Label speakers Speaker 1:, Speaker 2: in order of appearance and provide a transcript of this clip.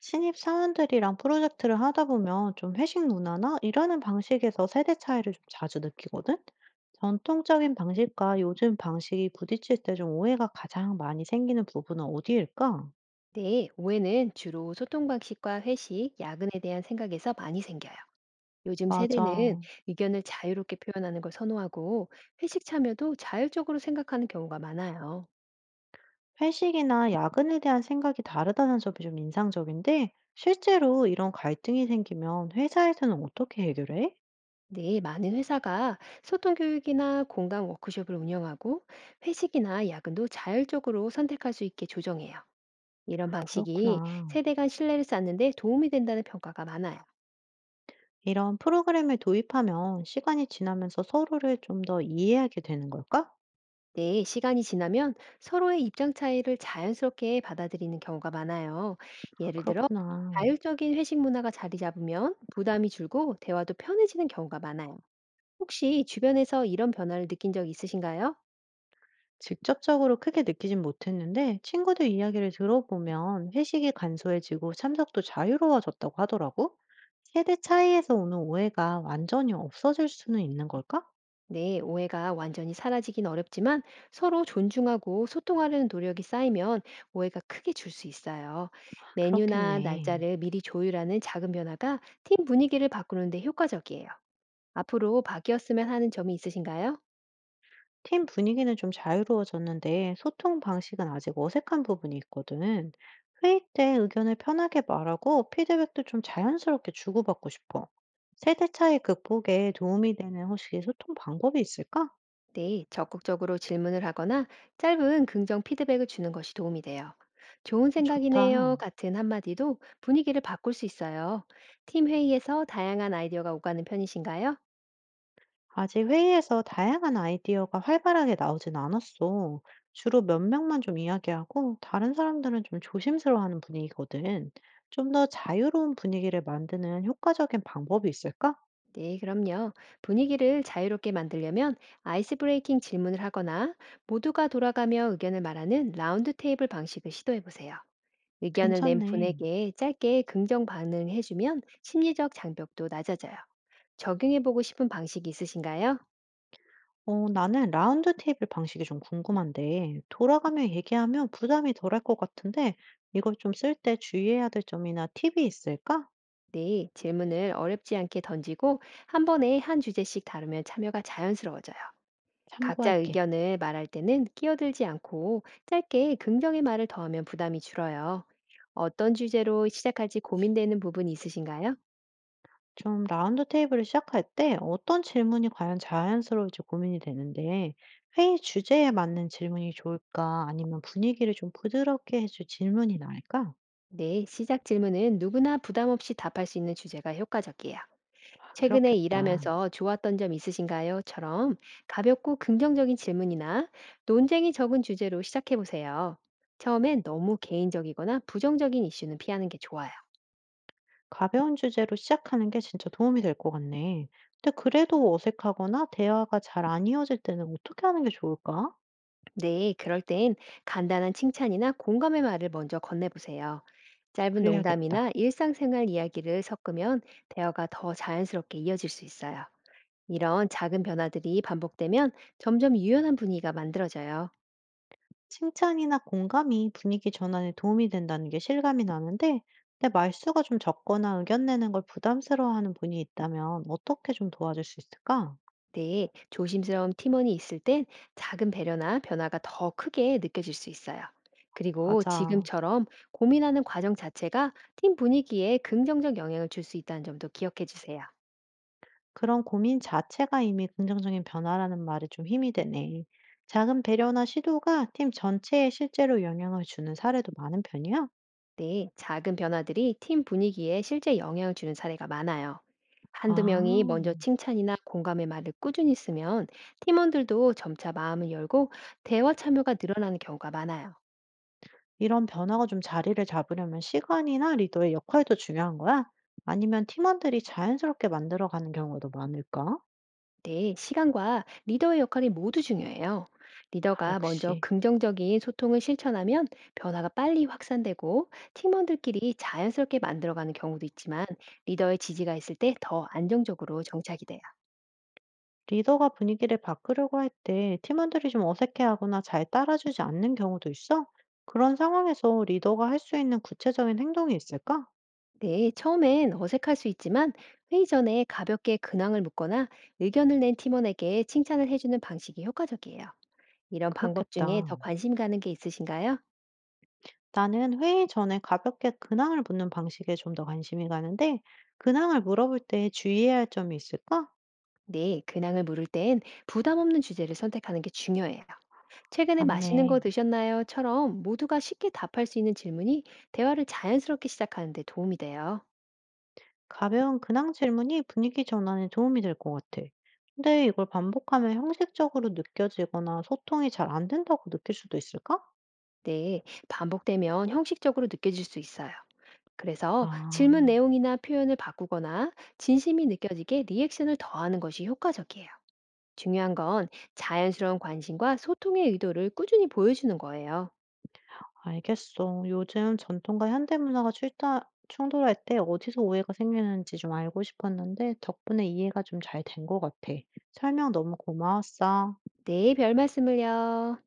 Speaker 1: 신입 사원들이랑 프로젝트를 하다 보면 좀 회식 문화나 일하는 방식에서 세대 차이를 좀 자주 느끼거든? 전통적인 방식과 요즘 방식이 부딪힐 때 좀 오해가 가장 많이 생기는 부분은 어디일까?
Speaker 2: 네, 오해는 주로 소통 방식과 회식, 야근에 대한 생각에서 많이 생겨요. 요즘 세대는
Speaker 1: 맞아.
Speaker 2: 의견을 자유롭게 표현하는 걸 선호하고 회식 참여도 자율적으로 생각하는 경우가 많아요.
Speaker 1: 회식이나 야근에 대한 생각이 다르다는 점이 좀 인상적인데, 실제로 이런 갈등이 생기면 회사에서는 어떻게 해결해?
Speaker 2: 네, 많은 회사가 소통 교육이나 공감 워크숍을 운영하고 회식이나 야근도 자율적으로 선택할 수 있게 조정해요.
Speaker 1: 아,
Speaker 2: 이런 방식이
Speaker 1: 그렇구나.
Speaker 2: 세대 간 신뢰를 쌓는 데 도움이 된다는 평가가 많아요.
Speaker 1: 이런 프로그램을 도입하면 시간이 지나면서 서로를 좀 더 이해하게 되는 걸까?
Speaker 2: 네, 시간이 지나면 서로의 입장 차이를 자연스럽게 받아들이는 경우가 많아요. 예를 들어,
Speaker 1: 그렇구나.
Speaker 2: 자율적인 회식 문화가 자리 잡으면 부담이 줄고 대화도 편해지는 경우가 많아요. 혹시 주변에서 이런 변화를 느낀 적 있으신가요?
Speaker 1: 직접적으로 크게 느끼진 못했는데 친구들 이야기를 들어보면 회식이 간소해지고 참석도 자유로워졌다고 하더라고. 세대 차이에서 오는 오해가 완전히 없어질 수는 있는 걸까?
Speaker 2: 네, 오해가 완전히 사라지긴 어렵지만 서로 존중하고 소통하려는 노력이 쌓이면 오해가 크게 줄 수 있어요.
Speaker 1: 아,
Speaker 2: 메뉴나
Speaker 1: 그렇겠네.
Speaker 2: 날짜를 미리 조율하는 작은 변화가 팀 분위기를 바꾸는데 효과적이에요. 앞으로 바뀌었으면 하는 점이 있으신가요?
Speaker 1: 팀 분위기는 좀 자유로워졌는데 소통 방식은 아직 어색한 부분이 있거든. 회의 때 의견을 편하게 말하고 피드백도 좀 자연스럽게 주고받고 싶어. 세대 차이 극복에 도움이 되는 혹시 소통 방법이 있을까?
Speaker 2: 네, 적극적으로 질문을 하거나 짧은 긍정 피드백을 주는 것이 도움이 돼요. 좋은
Speaker 1: 어, 좋다.
Speaker 2: 생각이네요. 같은 한마디도 분위기를 바꿀 수 있어요. 팀 회의에서 다양한 아이디어가 오가는 편이신가요?
Speaker 1: 아직 회의에서 다양한 아이디어가 활발하게 나오진 않았어. 주로 몇 명만 좀 이야기하고 다른 사람들은 좀 조심스러워하는 분위기거든. 좀 더 자유로운 분위기를 만드는 효과적인 방법이 있을까?
Speaker 2: 네, 그럼요. 분위기를 자유롭게 만들려면 아이스 브레이킹 질문을 하거나 모두가 돌아가며 의견을 말하는 라운드 테이블 방식을 시도해 보세요. 의견을 낸
Speaker 1: 괜찮네.
Speaker 2: 분에게 짧게 긍정 반응해주면 심리적 장벽도 낮아져요. 적용해보고 싶은 방식이 있으신가요?
Speaker 1: 어, 나는 라운드 테이블 방식이 좀 궁금한데 돌아가며 얘기하면 부담이 덜할 것 같은데 이걸 좀 쓸 때 주의해야 될 점이나 팁이 있을까?
Speaker 2: 네, 질문을 어렵지 않게 던지고 한 번에 한 주제씩 다루면 참여가 자연스러워져요. 각자
Speaker 1: 참고할게.
Speaker 2: 의견을 말할 때는 끼어들지 않고 짧게 긍정의 말을 더하면 부담이 줄어요. 어떤 주제로 시작할지 고민되는 부분이 있으신가요?
Speaker 1: 좀 라운드 테이블을 시작할 때 어떤 질문이 과연 자연스러울지 고민이 되는데, 회의 주제에 맞는 질문이 좋을까? 아니면 분위기를 좀 부드럽게 해줄 질문이 나을까?
Speaker 2: 네, 시작 질문은 누구나 부담 없이 답할 수 있는 주제가 효과적이에요.
Speaker 1: 아,
Speaker 2: "최근에
Speaker 1: 그렇겠다.
Speaker 2: 일하면서 좋았던 점 있으신가요?"처럼 가볍고 긍정적인 질문이나 논쟁이 적은 주제로 시작해 보세요. 처음엔 너무 개인적이거나 부정적인 이슈는 피하는 게 좋아요.
Speaker 1: 가벼운 주제로 시작하는 게 진짜 도움이 될 것 같네. 근데 그래도 어색하거나 대화가 잘 안 이어질 때는 어떻게 하는 게 좋을까?
Speaker 2: 네, 그럴 땐 간단한 칭찬이나 공감의 말을 먼저 건네보세요. 짧은 농담이나
Speaker 1: 그래야겠다.
Speaker 2: 일상생활 이야기를 섞으면 대화가 더 자연스럽게 이어질 수 있어요. 이런 작은 변화들이 반복되면 점점 유연한 분위기가 만들어져요.
Speaker 1: 칭찬이나 공감이 분위기 전환에 도움이 된다는 게 실감이 나는데, 내 말수가 좀 적거나 의견 내는 걸 부담스러워하는 분이 있다면 어떻게 좀 도와줄 수 있을까?
Speaker 2: 네, 조심스러운 팀원이 있을 땐 작은 배려나 변화가 더 크게 느껴질 수 있어요. 그리고
Speaker 1: 맞아.
Speaker 2: 지금처럼 고민하는 과정 자체가 팀 분위기에 긍정적 영향을 줄 수 있다는 점도 기억해 주세요.
Speaker 1: 그런 고민 자체가 이미 긍정적인 변화라는 말에 좀 힘이 되네. 작은 배려나 시도가 팀 전체에 실제로 영향을 주는 사례도 많은 편이야?
Speaker 2: 네, 작은 변화들이 팀 분위기에 실제 영향을 주는 사례가 많아요. 한두
Speaker 1: 아,
Speaker 2: 명이 먼저 칭찬이나 공감의 말을 꾸준히 쓰면 팀원들도 점차 마음을 열고 대화 참여가 늘어나는 경우가 많아요.
Speaker 1: 이런 변화가 좀 자리를 잡으려면 시간이나 리더의 역할도 중요한 거야? 아니면 팀원들이 자연스럽게 만들어가는 경우도 많을까?
Speaker 2: 네, 시간과 리더의 역할이 모두 중요해요.
Speaker 1: 아
Speaker 2: 리더가 먼저
Speaker 1: 역시.
Speaker 2: 긍정적인 소통을 실천하면 변화가 빨리 확산되고 팀원들끼리 자연스럽게 만들어가는 경우도 있지만 리더의 지지가 있을 때 더 안정적으로 정착이 돼요.
Speaker 1: 리더가 분위기를 바꾸려고 할 때 팀원들이 좀 어색해하거나 잘 따라주지 않는 경우도 있어? 그런 상황에서 리더가 할 수 있는 구체적인 행동이 있을까?
Speaker 2: 네, 처음엔 어색할 수 있지만 회의 전에 가볍게 근황을 묻거나 의견을 낸 팀원에게 칭찬을 해주는 방식이 효과적이에요. 이런 방법 중에 더
Speaker 1: 그렇겠다.
Speaker 2: 관심 가는 게 있으신가요?
Speaker 1: 나는 회의 전에 가볍게 근황을 묻는 방식에 좀 더 관심이 가는데, 근황을 물어볼 때 주의해야 할 점이 있을까?
Speaker 2: 네, 근황을 물을 땐 부담 없는 주제를 선택하는 게 중요해요. 최근에 맛있는 거
Speaker 1: 맞네.
Speaker 2: 드셨나요?처럼 모두가 쉽게 답할 수 있는 질문이 대화를 자연스럽게 시작하는 데 도움이 돼요.
Speaker 1: 가벼운 근황 질문이 분위기 전환에 도움이 될 것 같아. 근데 이걸 반복하면 형식적으로 느껴지거나 소통이 잘 안 된다고 느낄 수도 있을까?
Speaker 2: 네, 반복되면 형식적으로 느껴질 수 있어요. 그래서 질문
Speaker 1: 아.
Speaker 2: 내용이나 표현을 바꾸거나 진심이 느껴지게 리액션을 더하는 것이 효과적이에요. 중요한 건 자연스러운 관심과 소통의 의도를 꾸준히 보여주는 거예요.
Speaker 1: 알겠어. 요즘 전통과 현대 문화가 출타, 충돌할 때 어디서 오해가 생기는지 좀 알고 싶었는데 덕분에 이해가 좀 잘 된 것 같아. 설명 너무 고마웠어.
Speaker 2: 네, 별 말씀을요.